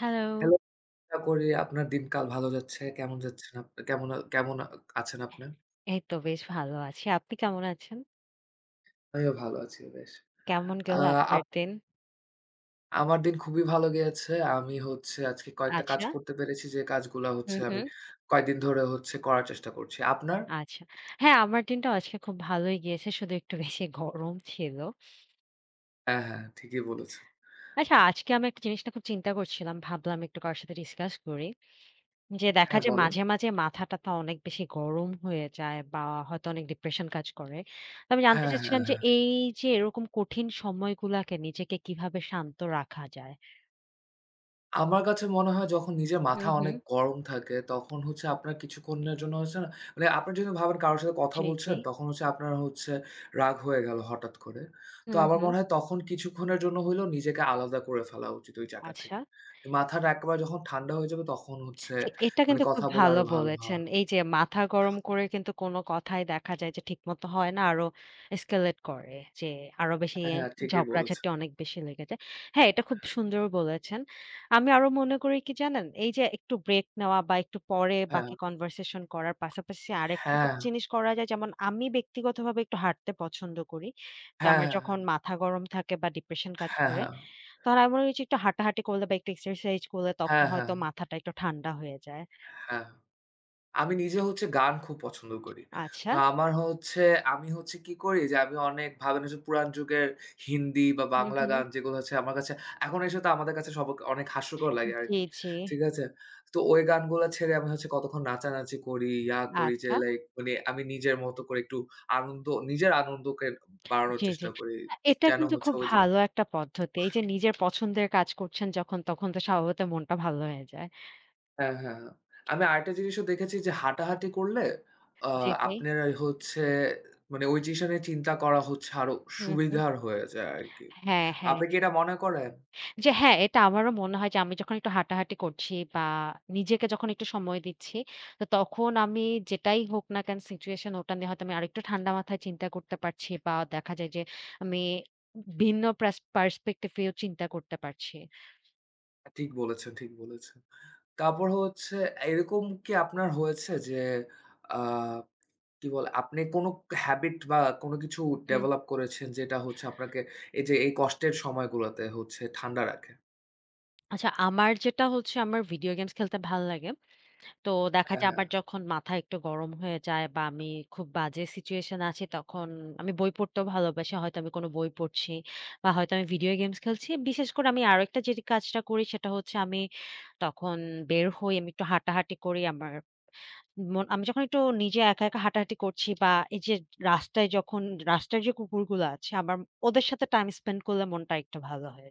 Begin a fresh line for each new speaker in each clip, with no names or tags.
Hello.
Hello, আশা করি আপনার দিনকাল ভালো যাচ্ছে। কেমন যাচ্ছেন আপ কেমন আ কেমন আ আছেন আপনি?
এই তো বেশ ভালো আছি। আপনি কেমন আছেন?
আমিও ভালো আছি বেশ।
কেমন
আ
গেল
আপ
আপনার দিন?
আমার দিন খুবই ভালো গিয়েছে। আমি হচ্ছে আজকে কয়েকটা কাজ
আচ্ছা।
করতে পেরেছি যে কাজগুলা হচ্ছে
হুম,
আমি
হুম।
কয়েকদিন ধরে হচ্ছে করার চেষ্টা করছি। আপনার?
আচ্ছা। হ্যাঁ, আমার দিনটাও আজকে খুব ভালোই গিয়েছে। শুধু একটু বেশি গরম ছিল।
হ্যাঁ, হ্যাঁ, ঠিকই বলেছেন।
আচ্ছা, আজকে আমি একটা জিনিস নিয়ে খুব চিন্তা করছিলাম। ভাবলাম একটু কারো সাথে ডিসকাস করি। যে দেখা
হ্যাঁ,
যায়
বলেন।
মাঝে, মাঝে মাথা-টাথা অনেক বেশি গরম হয়ে যায় বা হয়তো অনেক ডিপ্রেশন কাজ করে। তো আমি জানতে
হ্যাঁ,
চাচ্ছিলাম
হ্যাঁ,
যে
হ্যাঁ।
এই যে এরকম কঠিন সময়গুলাকে নিজেকে কিভাবে শান্ত রাখা যায়?
আমার কাছে মনে হয় যখন নিজের মাথা
হুম, হুম।
অনেক গরম থাকে, তখন হচ্ছে আপনার কিছুক্ষণের জন্য হচ্ছে না মানে আপনি যদি ভাবেন কারো সাথে কথা
জি, জি।
বলছেন, তখন হচ্ছে আপনার হচ্ছে রাগ হয়ে গেল হঠাৎ করে। তো
হুম,
আমার
হুম।
মনে হয় তখন কিছুক্ষণের জন্য হইলেও নিজেকে আলাদা করে ফেলা উচিত ওই জায়গা
আচ্ছা।
থেকে। মাথাটা একেবারে যখন ঠান্ডা হয়ে যাবে তখন হচ্ছে
জি, এটা
মানে
কিন্তু
কথা
খুব
বলে
ভালো
আরো ভালো হয়।
বলেছেন। এই যে মাথা গরম করে কিন্তু কোনো কথাই দেখা যায় যে ঠিকমতো হয় না। আরো escalate করে। যে আরো বেশি
হ্যাঁ, হ্যাঁ, ঠিকই বলেছেন।
ঝগড়াঝাটি অনেক বেশি লেগে যায়। হ্যাঁ, এটা খুব সুন্দর বলেছেন। আমি আরো মনে করি কি জানেন? এই যে একটু ব্রেক নেওয়া বা একটু পরে
হ্যাঁ,
বাকি conversation করার পাশাপাশি আরেকটা কি
হ্যাঁ,
জিনিস করা যায় যেমন আমি ব্যক্তিগতভাবে একটু হাঁটতে পছন্দ করি। যে
হ্যাঁ,
আমার যখন
হ্যাঁ,
মাথা গরম থাকে বা ডিপ্রেশন কাজ
হ্যাঁ, হ্যাঁ,
করে
হ্যাঁ,
তখন আমি মনে করি যে একটু হাঁটাহাঁটি করলে বা একটু এক্সারসাইজ করলে তখন
হ্যাঁ, হ্যাঁ,
হয়তো মাথাটা একটু ঠান্ডা হয়ে যায়।
হ্যাঁ। আমি নিজে হচ্ছে গান খুব পছন্দ করি।
আচ্ছা।
তো আমার হচ্ছে আমি হচ্ছে কি করি যে আমি অনেক ভাবেন যে পুরান যুগের হিন্দি বা
হুম,
বাংলা
হুম।
গান যেগুলো হচ্ছে আমার কাছে এখন এসে তো আমাদের কাছে সব অনেক হাস্যকর লাগে
জি,
আরকি।
জি।
ঠিক আছে? তো ওই গানগুলা ছেড়ে আমি হচ্ছে কতক্ষণ নাচানাচি করি, ইয়া করি যে
আচ্ছা।
লাইক মানে আমি নিজের মতো করে একটু আনন্দ নিজের আনন্দকে বাড়ানোর
জি, জি।
চেষ্টা করি।
এটা
যেন
কিন্তু
হচ্ছে
খুব
ওই যে
ভালো একটা পদ্ধতি। এই যে নিজের পছন্দের কাজ করছেন যখন তখন তো স্বভাবতই মনটা ভালো হয়ে যায়।
হ্যাঁ, হ্যাঁ, হ্যাঁ। আমি আরেকটা জিনিসও দেখেছি যে হাঁটাহাঁটি করলে আ
জি, জি।
আপনার এই হচ্ছে মানে ওই জিনিসটা নিয়ে চিন্তা করা হচ্ছে আরো
হুম, হুম।
সুবিধার হয়ে যায় আরকি।
হ্যাঁ, হ্যাঁ।
আপনি কি এটা মনে করেন?
যে হ্যাঁ, এটা আমারও মনে হয় যে আমি যখন একটু হাঁটাহাঁটি করছি বা নিজেকে যখন একটু সময় দিচ্ছি, তো তখন আমি যেটাই হোক না কেন সিচুয়েশন ওটা নিয়ে হয়তো আমি আরেকটু ঠান্ডা মাথায় চিন্তা করতে পারছি বা দেখা যায় যে আমি ভিন্ন পার্সপেক্টিভ এও চিন্তা করতে পারছি।
ঠিক বলেছেন, ঠিক বলেছেন। তারপর হচ্ছে এরকম কি আপনার হয়েছে যে আ কি বলে আপনি কোনো হ্যাবিট বা কোনো কিছু
হুম।
ডেভেলপ করেছেন যেটা হচ্ছে আপনাকে এই যে এই কষ্টের সময়গুলোতে হচ্ছে ঠান্ডা রাখে?
আচ্ছা, আমার যেটা হচ্ছে আমার ভিডিও গেমস খেলতে ভাল লাগে। তো দেখা
হ্যাঁ,
যায়
হ্যাঁ।
আমার যখন মাথা একটু গরম হয়ে যায় বা আমি খুব বাজে সিচুয়েশন আছি তখন আমি বই পড়তেও ভালোবাসি। হয়তো আমি কোনো বই পড়ছি বা হয়তো আমি ভিডিও গেমস খেলছি। বিশেষ করে আমি আরেকটা যে কাজটা করি সেটা হচ্ছে আমি তখন বের হই, আমি একটু হাঁটাহাঁটি করি। আমার মন আমি যখন একটু নিজে একা, একা হাঁটাহাঁটি করছি বা এই যে রাস্তায় যখন রাস্তার যে কুকুরগুলো আছে আমার ওদের সাথে টাইম স্পেন্ড করলে মনটা একটু ভালো হয়ে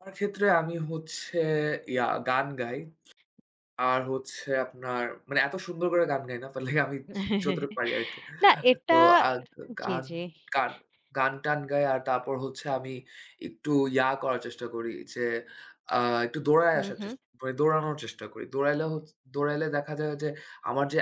আমার ক্ষেত্রে আমি হচ্ছে ইয়া গান গাই। আর হচ্ছে আপনার মানে এত সুন্দর করে গান গাই না। বাট লাইক আমি
যায়।
যতটুকু পারি আরকি।
না
তো
এটা
আ
জি,
গান
জি।
গান গান-টান গাই আর তারপর হচ্ছে আমি একটু ইয়া করার চেষ্টা করি যে আ একটু দৌড়ায়
হুম,
আসার
হুম।
চেষ্টা মানে দৌড়ানোর চেষ্টা করি। দৌড়াইলে দেখা যায় যে আমার যে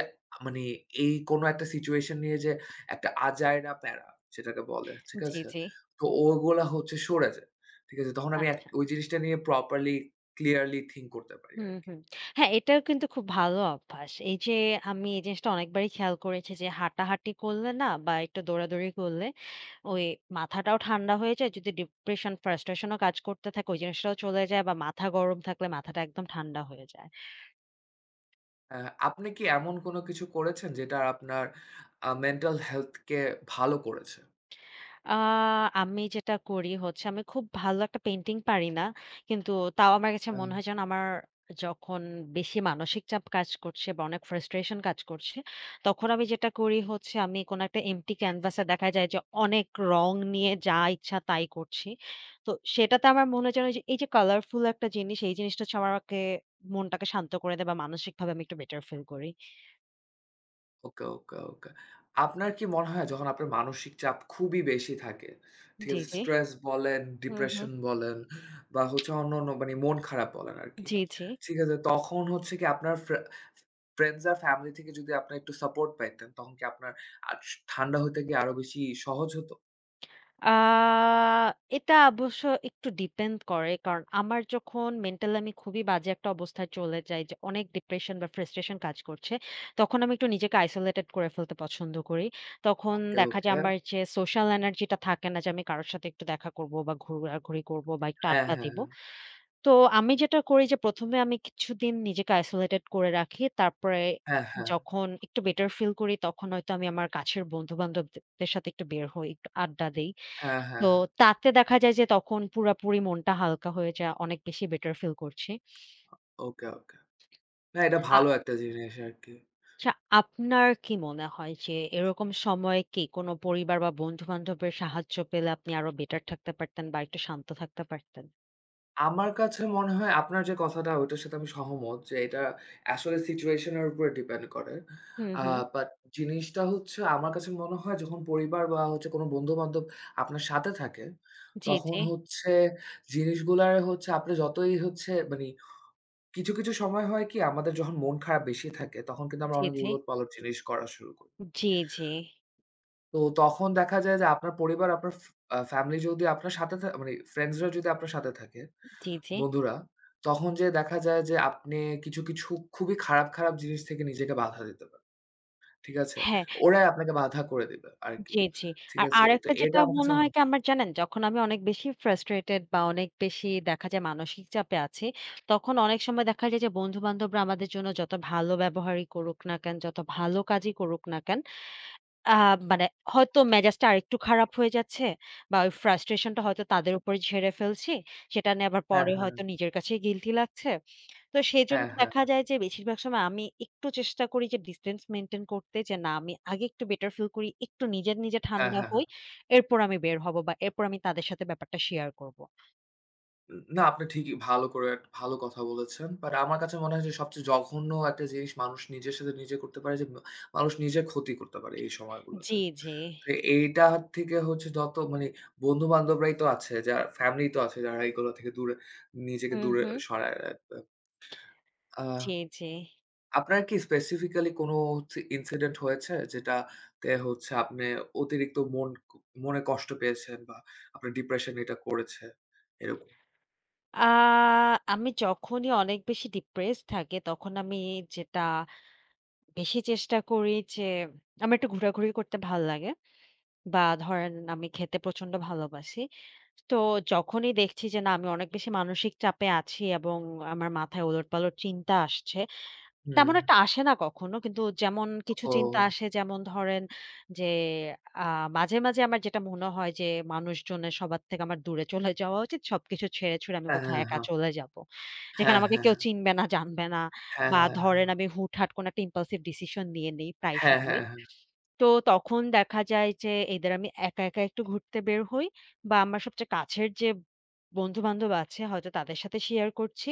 মানে এই কোনো একটা সিচুয়েশন নিয়ে যে একটা আজাইরা প্যারা যেটাকে বলে, ঠিক
জি,
আছে?
জি।
তো ওগুলা হচ্ছে সরে যায়। ঠিক আছে? তখন আমি এক
আচ্ছা।
ওই জিনিসটা নিয়ে প্রপারলি ক্লিয়ারলি থিংক করতে পারি
হুম,
আরকি।
হুম। হ্যাঁ, এটাও কিন্তু খুব ভালো অভ্যাস। এই যে আমি এই জিনিসটা অনেকবারই খেয়াল করেছি যে হাঁটাহাঁটি করলে না বা একটু দৌড়াদৌড়ি করলে ওই মাথাটাও ঠান্ডা হয়ে যায়। যদি ডিপ্রেশন, ফ্রাস্ট্রেশন ও কাজ করতে থাকে ওই জিনিসটাও চলে যায় বা মাথা গরম থাকলে মাথাটা একদম ঠান্ডা হয়ে যায়।
হ্যাঁ, আপনি কি এমন কোনো কিছু করেছেন যেটা আপনার মেন্টাল হেলথ কে ভালো করেছে?
আ আমি যেটা করি হচ্ছে আমি খুব ভালো একটা পেইন্টিং পারি না। কিন্তু তাও আমার কাছে
হ্যাঁ।
মনে হয় যেন আমার যখন বেশি মানসিক চাপ কাজ করছে বা অনেক ফ্রাস্ট্রেশন কাজ করছে, তখন আমি যেটা করি হচ্ছে আমি কোনো একটা এম্পটি ক্যানভাসে দেখা যায় যে অনেক রং নিয়ে যা ইচ্ছা তাই করছি। তো সেটাতে আমার মনে হয় যেন এই যে কালারফুল একটা জিনিস এই জিনিসটা হচ্ছে আমাকে মনটাকে শান্ত করে দেয় বা মানসিকভাবে আমি একটু বেটার ফিল করি।
ওকে, ওকে, ওকে। আপনার কি মনে হয় যখন আপনার মানসিক চাপ খুবই বেশি থাকে, ঠিক
জি,
আছে?
জি।
স্ট্রেস বলেন,
হুম, হুম।
ডিপ্রেশন বলেন বা হচ্ছে অন্যান্য মানে মন খারাপ বলেন আরকি।
জি, জি।
ঠিক আছে? তখন হচ্ছে কি আপনার ফ্রেন্ডস আর ফ্যামিলি থেকে যদি আপনার একটু সাপোর্ট পাইতেন, তখন কি আপনার আস ঠান্ডা হইতে কি আরো বেশি সহজ হতো?
আ এটা অবশ্য একটু ডিপেন্ড করে। কারণ আমার যখন মেন্টালি আমি খুবই বাজে একটা অবস্থায় চলে যাই যে অনেক ডিপ্রেশন বা ফ্রাস্ট্রেশন কাজ করছে, তখন আমি একটু নিজেকে আইসোলেটেড করে ফেলতে পছন্দ করি। তখন
ওকে,
দেখা যায়
ওকে।
আমার যে সোশ্যাল এনার্জি টা থাকে না যে আমি কারো সাথে একটু দেখা করব বা ঘোরাঘুরি করব বা একটু
হ্যাঁ,
আড্ডা
হ্যাঁ,
দিব। তো আমি যেটা করি যে ১ম এ আমি কিছুদিন নিজেকে আইসোলেটেড করে রাখি। তারপরে
হ্যাঁ, হ্যাঁ, হ্যাঁ,
যখন একটু বেটার ফিল করি তখন হয়তো আমি আমার কাছের বন্ধু-বান্ধবদের সাথে একটু বের হই, একটু আড্ডা দেই।
হ্যাঁ, হ্যাঁ,
তো
হ্যাঁ।
তাতে দেখা যায় যে তখন পুরাপুরি মনটা হালকা হয়ে যায়। অনেক বেশি বেটার ফিল করছি।
ওকে, ওকে। না, এটা
আ-
ভালো একটা জিনিস আরকি।
আচ্ছা আপনার কি মনে হয় যে এরকম সময়ে কি কোনো পরিবার বা বন্ধু-বান্ধবের সাহায্য পেলে আপনি আরো বেটার থাকতে পারতেন বা একটু শান্ত থাকতে পারতেন?
আমার কাছে মনে হয় আপনার যে কথাটা ওইটার সাথে আমি সহমত যে এটা আসলে সিচুয়েশন এর উপরে ডিপেন্ড করে।
হুম,
আ
হুম।
বাট জিনিসটা হচ্ছে আমার কাছে মনে হয় যখন পরিবার বা হচ্ছে কোনো বন্ধু-বান্ধব আপনার সাথে থাকে,
জি,
তখন
জি।
হচ্ছে জিনিসগুলার হচ্ছে আপনি যতই হচ্ছে মানি কিছু, কিছু সময় হয় কি আমাদের যখন মন খারাপ বেশি থাকে তখন কিন্তু আমরা
জি,
অনেক
জি।
উলট-পালট জিনিস করা শুরু করি।
জি, জি।
তো তখন দেখা যায় যে আপনার পরিবার, আপনার ফ আ ফ্যামিলি যদি আপনার সাথে থা মানে ফ্রেন্ডসরা যদি আপনার সাথে থাকে
জি, জি।
বন্ধুরা, তখন যেয়ে দেখা যায় যে আপনি কিছু, কিছু খুবই খারাপ, খারাপ জিনিস থেকে নিজেকে বাধা দিতে পারেন। ঠিক আছে?
হ্যাঁ।
ওরাই আপনাকে বাধা করে দিবে আরকি।
জি, জি।
ঠিক
আর
আছে? তো
আরেকটা
এটা
যেটা
আমার কাছে
মনে হয় কি আমার জানেন? যখন আমি অনেক বেশি ফ্রাস্ট্রেটেড বা অনেক বেশি দেখা যায় মানসিক চাপে আছি, তখন অনেক সময় দেখা যায় যে বন্ধু-বান্ধবরা আমাদের জন্য যত ভালো ব্যবহারই করুক না কেন, যত ভালো কাজই করুক না কেন, আ মানে হয়তো মেজাজটা আরেকটু খারাপ হয়ে যাচ্ছে বা ওই frustration টা হয়তো তাদের উপরে ঝেড়ে ফেলছি। সেটা নিয়ে আবার
হ্যাঁ,
পরে
হ্যাঁ।
হয়তো নিজের কাছেই guilty লাগছে। তো সেজন্য
হ্যাঁ, হ্যাঁ।
দেখা যায় যে বেশিরভাগ সময় আমি একটু চেষ্টা করি যে distance maintain করতে যে না আমি আগে একটু better feel করি, একটু নিজের নিজে
হ্যাঁ,
ঠান্ডা
হ্যাঁ। হ্যাঁ।
হই। এরপর আমি বের হব বা এরপর আমি তাদের সাথে ব্যাপারটা শেয়ার করব।
না, আপনি ঠিকই ভালো করে একটা ভালো কথা বলেছেন। বাট আমার কাছে মনে হয় যে সবচেয়ে জঘন্য একটা জিনিস মানুষ নিজের সাথে নিজে করতে পারে যে, মানুষ নিজের ক্ষতি করতে পারে এই সময়গুলোতে।
জি, জি।
তো এইটার থেকে হচ্ছে যত মানে বন্ধু-বান্ধবরাই তো আছে, যারা ফ্যামিলি তো আছে যারা এগুলো থেকে দূরে নিজেকে
হুম,
দূরে
হুম।
সরায় রাখবে। আ
জি, জি।
আপনার কি স্পেসিফিক্যালি কোনো হচ্ছে ইনসিডেন্ট হয়েছে যেটাতে হচ্ছে আপনি অতিরিক্ত মন ক মনে কষ্ট পেয়েছেন বা আপনার ডিপ্রেশন এটা করেছে? এরকম?
আ আমি যখনই অনেক বেশি depressed থাকি তখন আমি যেটা বেশি চেষ্টা করি যে আমার একটু ঘোরাঘুরি করতে ভাল লাগে বা ধরেন আমি খেতে প্রচন্ড ভালোবাসি। তো যখনই দেখছি যে না আমি অনেক বেশি মানসিক চাপে আছি এবং আমার মাথায় ওলটপালট চিন্তা আসছে।
হুম।
তেমন একটা আসে না কখনো। কিন্তু যেমন কিছু
ও।
চিন্তা আসে যেমন ধরেন যে আ মাঝে, মাঝে আমার যেটা মনে হয় যে মানুষজনের সবার থেকে আমার দূরে চলে যাওয়া উচিত। সবকিছু ছেড়ে-ছুড়ে আমি কোথাও একা
হ্যাঁ,
চলে যাব। যেখানে
হ্যাঁ,
আমাকে
হ্যাঁ।
কেউ চিনবে না, জানবে না
হ্যাঁ,
বা
হ্যাঁ।
ধরেন আমি হুটহাট কোনো একটা impulsive decision নিয়ে নেই প্রায়
হ্যাঁ,
সময়।
হ্যাঁ, হ্যাঁ,
তো তখন দেখা যায় যে either আমি একা, একা একটু ঘুরতে বের হই বা আমার সবচেয়ে কাছের যে বন্ধু-বান্ধব আছে হয়তো তাদের সাথে শেয়ার করছি।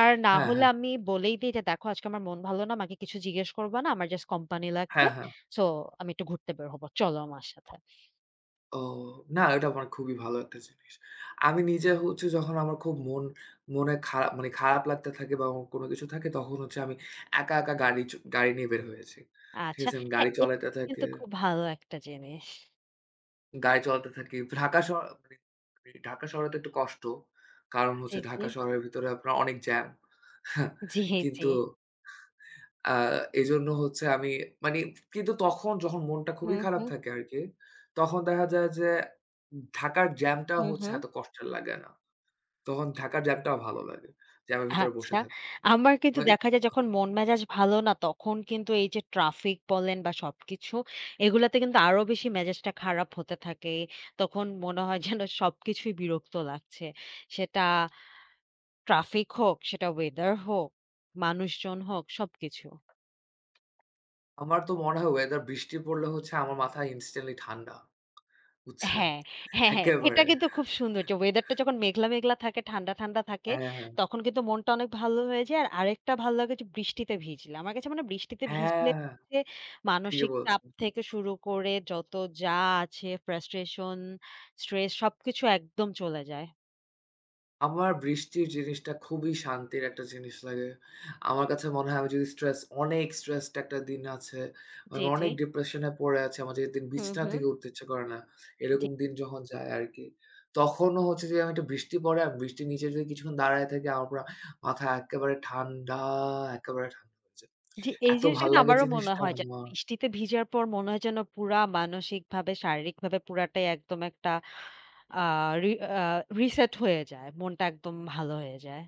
আর না
হ্যাঁ, হ্যাঁ, হ্যাঁ,
হলে
হ্যাঁ।
আমি বলেই দেই যে, "দেখো আজকে আমার মন ভালো না। আমাকে কিছু জিজ্ঞেস করবা না। আমার জাস্ট কোম্পানি লাগবে।
হ্যাঁ। হ্যাঁ,
সো আমি একটু ঘুরতে বের হবো। চলো আমার সাথে।"
ও না এটা আমার খুবই ভালো একটা জিনিস। আমি নিজে হচ্ছে যখন আমার খুব মনে খারাপ মানে খারাপ লাগতে থাকে বা আমার কোনো কিছু থাকে তখন হচ্ছে আমি একা, একা গাড়ি নিয়ে বের হয়েছি। ঠিক
আচ্ছা।
আছে? আমি
হ্যাঁ,
গাড়ি
এটা
চালাতে থাকি
কিন্তু খুব ভালো একটা জিনিস।
গাড়ি চালাতে থাকি। ঢাকা শহর মানে মানে ঢাকা শহরে তো একটু কষ্ট। কারণ
জি,
হচ্ছে
জি।
ঢাকা শহরের ভিতরে আপনার অনেক জ্যাম।
জি, জি।
কিন্তু আ এজন্য হচ্ছে আমি মানে কিন্তু তখন যখন মনটা
হু,
খুবই খারাপ
হু।
থাকে আরকি, তখন দেখা যায় যে ঢাকার জ্যামটা
হু,
হচ্ছে
হু।
এত কষ্টের লাগে না। তখন ঢাকার জ্যামটাও ভালো লাগে। জ্যামের ভিতরে বসে
আচ্ছা।
থাকতে।
আমার কিন্তু
মানে
দেখা যায় যখন মন মেজাজ ভালো না তখন কিন্তু এই যে ট্রাফিক বলেন বা সবকিছু এগুলাতে কিন্তু আরো বেশি মেজাজটা খারাপ হতে থাকে। তখন মনে হয় যেন সবকিছুই বিরক্ত লাগছে। সেটা ট্রাফিক হোক, সেটা ওয়েদার হোক, মানুষজন হোক সবকিছু।
আমার তো মনে হয় ওয়েদার বৃষ্টি পড়লে হচ্ছে আমার মাথা ইনস্ট্যান্টলি ঠান্ডা। বুঝছেন?
হ্যাঁ, হ্যাঁ, হ্যাঁ। এটা
একেবারে।
কিন্তু খুব সুন্দর যে ওয়েদারটা যখন মেঘলা, মেঘলা থাকে, ঠান্ডা, ঠান্ডা থাকে
হ্যাঁ, হ্যাঁ,
তখন কিন্তু মনটা অনেক ভালো হয়ে যায়। আর আরেকটা ভালো লাগে যে বৃষ্টিতে ভিজলে। আমার কাছে মনে হয় বৃষ্টিতে ভিজলে
হ্যাঁ,
যে
ঠিকই
মানসিক চাপ
বলছেন।
থেকে শুরু করে যত যা আছে frustration, stress সবকিছু একদম চলে যায়।
আমার বৃষ্টির জিনিসটা খুবই শান্তির একটা জিনিস লাগে। আমার কাছে মনে হয় আমি যদি অনেক স্ট্রেসড একটা দিন আছে, আমি
জি, জি।
অনেক ডিপ্রেশনে পড়ে আছি, আমার যেদিন
হুম,
বিছানা
হুম।
থেকে উঠতে ইচ্ছা করে না, এরকম দিন যখন যায় আরকি। তখনও হচ্ছে যে আমি একটু বৃষ্টি পড়ে, আমি বৃষ্টির নিচে যদি কিছুক্ষণ দাঁড়ায় থাকি, আমার পুরা মাথা একেবারে ঠান্ডা, একেবারে ঠান্ডা হয়ে যায়।
জি, এই
এত
জিনিসটা
ভাল
কিন্তু
লাগে
আমারও মনে
জিনিসটা
হয় যে
আমার।
বৃষ্টিতে ভিজার পর মনে হয় যেন পুরা মানসিকভাবে, শারীরিকভাবে পুরাটাই একদম একটা আ রি আ রিসেট হয়ে যায়। মনটা একদম ভালো হয়ে যায়।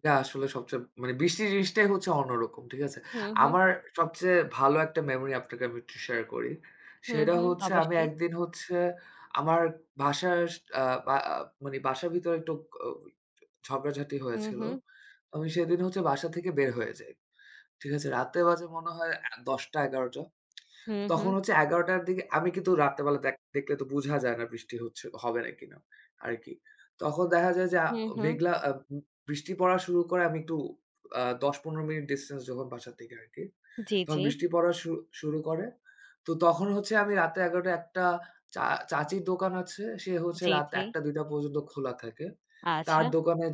এটা আসলে সবচেয়ে মানে বৃষ্টি জিনিসটাই হচ্ছে অন্যরকম। ঠিক আছে?
হুম, হুম।
আমার সবচেয়ে ভালো একটা মেমোরি আপনাকে আমি একটু শেয়ার করি।
হুম,
সেটা
হুম।
হচ্ছে আমি
অবশ্যই।
একদিন হচ্ছে আমার বাসার আ বা আ মানে বাসার ভিতরে একটু অ ঝগড়াঝাটি
হুম,
হয়েছিল।
হুম।
আমি সেদিন হচ্ছে বাসা থেকে বের হয়ে যাই। ঠিক আছে? রাতে বাজে মনে হয় ১০টা-১১টা।
হুম,
তখন
হুম।
হচ্ছে ১১ টার দিকে আমি কিন্তু রাত্রেবেলা দেখলে তো বুঝা যায় না বৃষ্টি হচ্ছে হবে না কিনা আরকি। তখন দেখা যায় যে
হুম, হুম।
মেঘলা আ উম বৃষ্টি পড়া শুরু করে আমি একটু ১০-১৫ মিনিট ডিসট্যান্স যখন বাসা থেকে আরকি।
জি,
তখন
জি।
বৃষ্টি পড়া শু শুরু করে। তো তখন হচ্ছে আমি রাতে ১১ টায় একটা চা চাচির দোকান আছে। সে হচ্ছে
জি,
রাত
জি।
১ টা ২ টা পর্যন্ত খোলা থাকে। তার
আচ্ছা,
দোকানে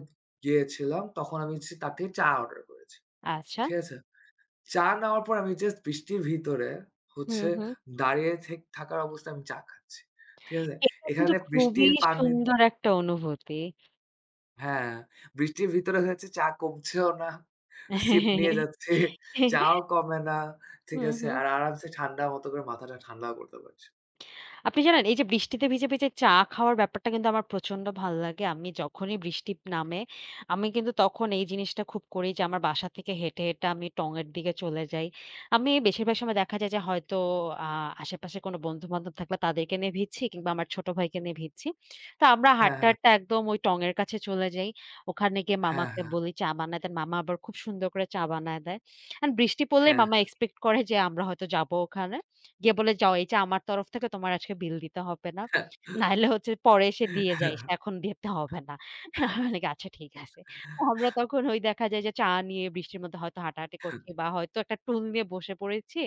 গিয়েছিলাম। তখন আমি হচ্ছে তার থেকে চা অর্ডার করেছি।
আচ্ছা।
ঠিক আছে? চা নেওয়ার পর আমি জাস্ট বৃষ্টির ভিতরে
হুম,
হচ্ছে
হুম।
দাঁড়িয়ে থেক থাকার অবস্থায় আমি চা খাচ্ছি। ঠিক আছে?
এটা কিন্তু
এখানে
খুবই
বৃষ্টির পানি
সুন্দর একটা অনুভূতি।
হ্যাঁ, বৃষ্টির ভিতরে হচ্ছে চা কমছেও না। সিপ নিয়ে যাচ্ছি, চাও কমে না। ঠিক
হুম,
আছে?
হুম।
আর আরামসে ঠান্ডা মতো করে মাথাটা ঠান্ডাও করতে পারছি।
আপনি জানেন এই যে বৃষ্টিতে ভিজে, ভিজে চা খাওয়ার ব্যাপারটা কিন্তু আমার প্রচন্ড ভাল লাগে। আমি যখনই বৃষ্টি নামে, আমি কিন্তু তখন এই জিনিসটা খুব করি যে আমার বাসা থেকে হেঁটে, হেঁটে আমি টঙের দিকে চলে যাই। আমি বেশিরভাগ সময় দেখা যায় যে হয়তো আ আশেপাশে কোনো বন্ধু-বান্ধব থাকলে তাদেরকে নিয়ে ভিজছি কিংবা আমার ছোট ভাইকে নিয়ে ভিজছি। তো আমরা
হ্যাঁ,
হাঁটতে,
হ্যাঁ।
হাঁটতে একদম ওই টঙের কাছে চলে যাই। ওখানে গিয়ে
হ্যাঁ,
মামাকে বলি চা বানায় দেন। মামা আবার খুব সুন্দর করে চা বানায় দেয়। অ্যান্ড বৃষ্টি পড়লেই
হ্যাঁ,
মামা এক্সপেক্ট করে যে আমরা হয়তো যাবো ওখানে। গিয়ে বলে, "যাও এই যে আমার তরফ থেকে তোমার আজকে বিল দিতে হবে না।
হ্যাঁ,
নাহলে হচ্ছে পরে এসে দিয়ে
হ্যাঁ।
যাইস। এখন দিতে হবে না।" আমি বলি, "আচ্ছা ঠিক আছে।" তো আমরা তখন ওই দেখা যায় যে চা নিয়ে বৃষ্টির মধ্যে হয়তো হাঁটাহাঁটি করছি বা হয়তো একটা টুল নিয়ে বসে পড়েছি।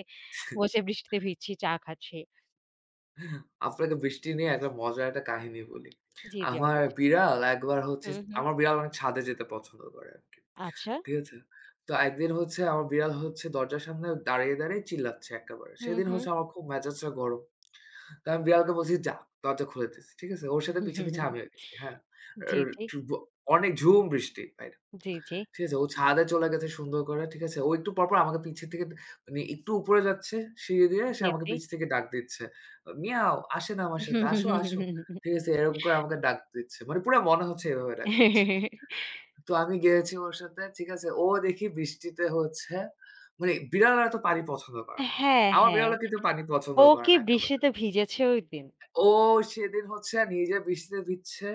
বসে বৃষ্টিতে ভিজছি, চা খাচ্ছি।
আপনাকে বৃষ্টি নিয়ে একটা মজার একটা কাহিনী বলি।
জি, জি
আমার
অবশ্যই।
বিড়াল একবার হচ্ছে
হুম, হুম।
আমার বিড়াল অনেক ছাদে যেতে পছন্দ করে আরকি।
আচ্ছা।
ঠিক আছে? তো একদিন হচ্ছে আমার বিড়াল হচ্ছে দরজার সামনে দাঁড়িয়ে, দাঁড়িয়ে চিল্লাচ্ছে একেবারে।
হুম,
সেদিন
হুম।
হচ্ছে আমার খুব মেজাজটা গরম। তো আমি বিড়ালকে বলছি, "যা, দরজা খুলে দিছি।" ঠিক আছে? ওর সাথে পিছে, পিছে আমিও গেছি। হ্যাঁ?
জি,
আর
জি।
ব অনেক ঝুম বৃষ্টি বাইরে।
জি, জি।
ঠিক আছে? ও ছাদে চলে গেছে সুন্দর করে। ঠিক আছে? ও একটু পরপর আমাকে পিছের থেকে মানে একটু উপরে যাচ্ছে সিঁড়ি দিয়ে, সে
জি,
আমাকে
জি।
পিছ থেকে ডাক দিচ্ছে। "মিয়াও, আসেন আমার সাথে। আসো, আসো।" ঠিক আছে? এরকম করে আমাকে ডাক দিচ্ছে। মানে পুরা মনে হচ্ছে এভাবে ডাক দিচ্ছে। তো আমি গিয়েছি ওর সাথে। ঠিক আছে? ও দেখি বৃষ্টিতে হচ্ছে মানে বিড়ালরা তো পানি পছন্দ করে না।
হ্যাঁ,
আমার
হ্যাঁ।
বিড়ালও কিন্তু পানি পছন্দ
ও
করে
কি
না একেবারে।
বৃষ্টিতে ভিজেছে ওইদিন?
ও সেদিন হচ্ছে নিজে বৃষ্টিতে ভিজছে,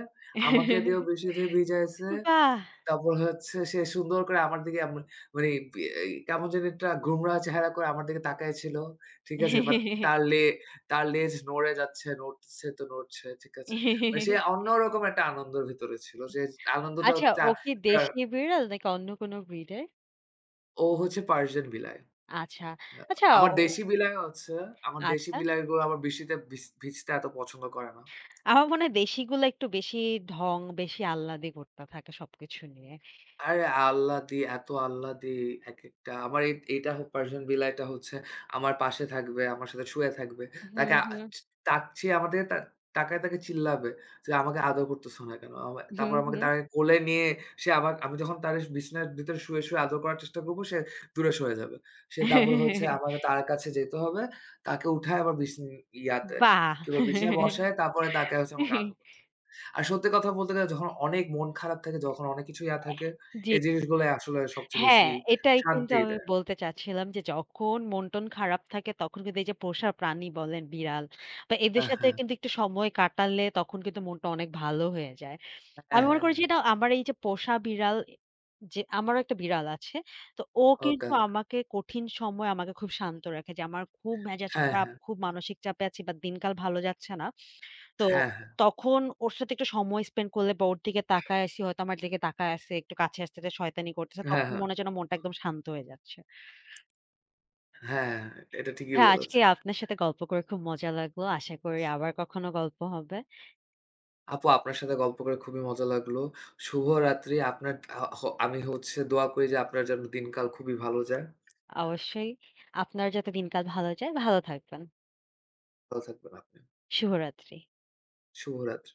আমাকে দিয়েও বৃষ্টিতে ভিজাইছে।
বাহ!
তারপর হচ্ছে সে সুন্দর করে আমার দিকে এমন মানে বি এই কেমন জানি একটা গোমরা চেহারা করে আমার দিকে তাকায় ছিল। ঠিক আছে? বাট তার লে তার লেজ নড়ে যাচ্ছে, নড়ছে তো নড়ছে। ঠিক আছে? মানে সে অন্যরকম একটা আনন্দের ভিতরে ছিল। সে আনন্দটা
আচ্ছা,
তা
ও কি
তার
দেশি বিড়াল নাকি অন্য কোনো ব্রিডের?
ও হচ্ছে পার্সিয়ান বিলাই।
আচ্ছা,
আ
আচ্ছা, ও
আমার দেশি বিলাই হচ্ছে আমার দেশি
আচ্ছা।
বিলাইগুলো আমার বৃষ্টিতে ভিজ ভিজতে এত পছন্দ করে না।
আমার মনে হয় দেশিগুলা একটু বেশি ঢং, বেশি আল্লাদি করতে থাকে সবকিছু নিয়ে।
আরে আল্লাহদি, এত আল্লাহদি একেকটা। আমার এ এইটা হ পার্সিয়ান বিলাইটা হচ্ছে আমার পাশে থাকবে, আমার সাথে শুয়ে থাকবে।
হুম,
তাকে আ
হুম,
তাকিয়ে আমার দিকে তাকায়, তাকায় চিল্লাবে যে, "আমাকে আদর করতেছো না কেন?" তারপর
হুম,
আমাকে
হুম।
তাকে কোলে নিয়ে সে আবার আমি যখন তার বিছানার ভিতরে শুয়ে, শুয়ে আদর করার চেষ্টা করব, সে দূরে সরে যাবে। সে তারপরে হচ্ছে আমাকে তার কাছে যেতে হবে। তাকে উঠায় আবার বিছ ইয়াতে
বাহ!
কি বলে বিছানায় বসায়, তারপরে তাকে হচ্ছে আমাকে আদর করতে হবে। আর সত্যি কথা বলতে গেলে যখন অনেক মন খারাপ থাকে, যখন অনেক কিছু ইয়া থাকে
জি।
এই জিনিসগুলাই আসলে সবচেয়ে
হ্যাঁ,
বেশি
এটাই কিন্তু
শান্তি
আমি
দেয়।
বলতে চাচ্ছিলাম যে যখন মন-টন খারাপ থাকে তখন কিন্তু এই যে পোষা প্রাণী বলেন বিড়াল বা এদের
হ্যাঁ,
সাথে
হ্যাঁ।
কিন্তু একটু সময় কাটালে তখন কিন্তু মনটা অনেক ভালো হয়ে যায়।
হ্যাঁ,
আমি মনে
হ্যাঁ,
করি যে
হ্যাঁ।
এটা আমার এই যে পোষা বিড়াল যে আমারও একটা বিড়াল আছে। তো ও
ওকে, ওকে।
কিন্তু আমাকে কঠিন সময়ে আমাকে খুব শান্ত রাখে যে আমার খুব মেজাজ
হ্যাঁ,
খারাপ,
হ্যাঁ।
খুব মানসিক চাপে আছি বা দিনকাল ভালো যাচ্ছে না। তো
হ্যাঁ, হ্যাঁ।
তখন ওর সাথে একটু সময় স্পেন্ড করলে বা ওর দিকে তাকায় আছি হয়তো আমার দিকে তাকায় আছে, একটু কাছে আসতেছে, শয়তানি করতেছে।
হ্যাঁ,
তখন
হ্যাঁ।
মনে হয় যেন মনটা একদম শান্ত হয়ে যাচ্ছে।
হ্যাঁ, এটা ঠিকই
ভাইয়া আজকে
বলেছেন।
আপনার সাথে গল্প করে খুব মজা লাগলো। আশা করি আবার কখনো গল্প হবে।
আপু আপনার সাথে গল্প করে খুবই মজা লাগলো। শুভরাত্রি। আপনার আ হ আমি হচ্ছে দোয়া করি যে আপনার যেন দিনকাল খুবই ভালো যায়।
অবশ্যই আপনার যাতে দিনকাল ভালো যায়, ভালো থাকবেন।
ভালো থাকবেন আপনি।
শুভরাত্রি।
শুভরাত্রি।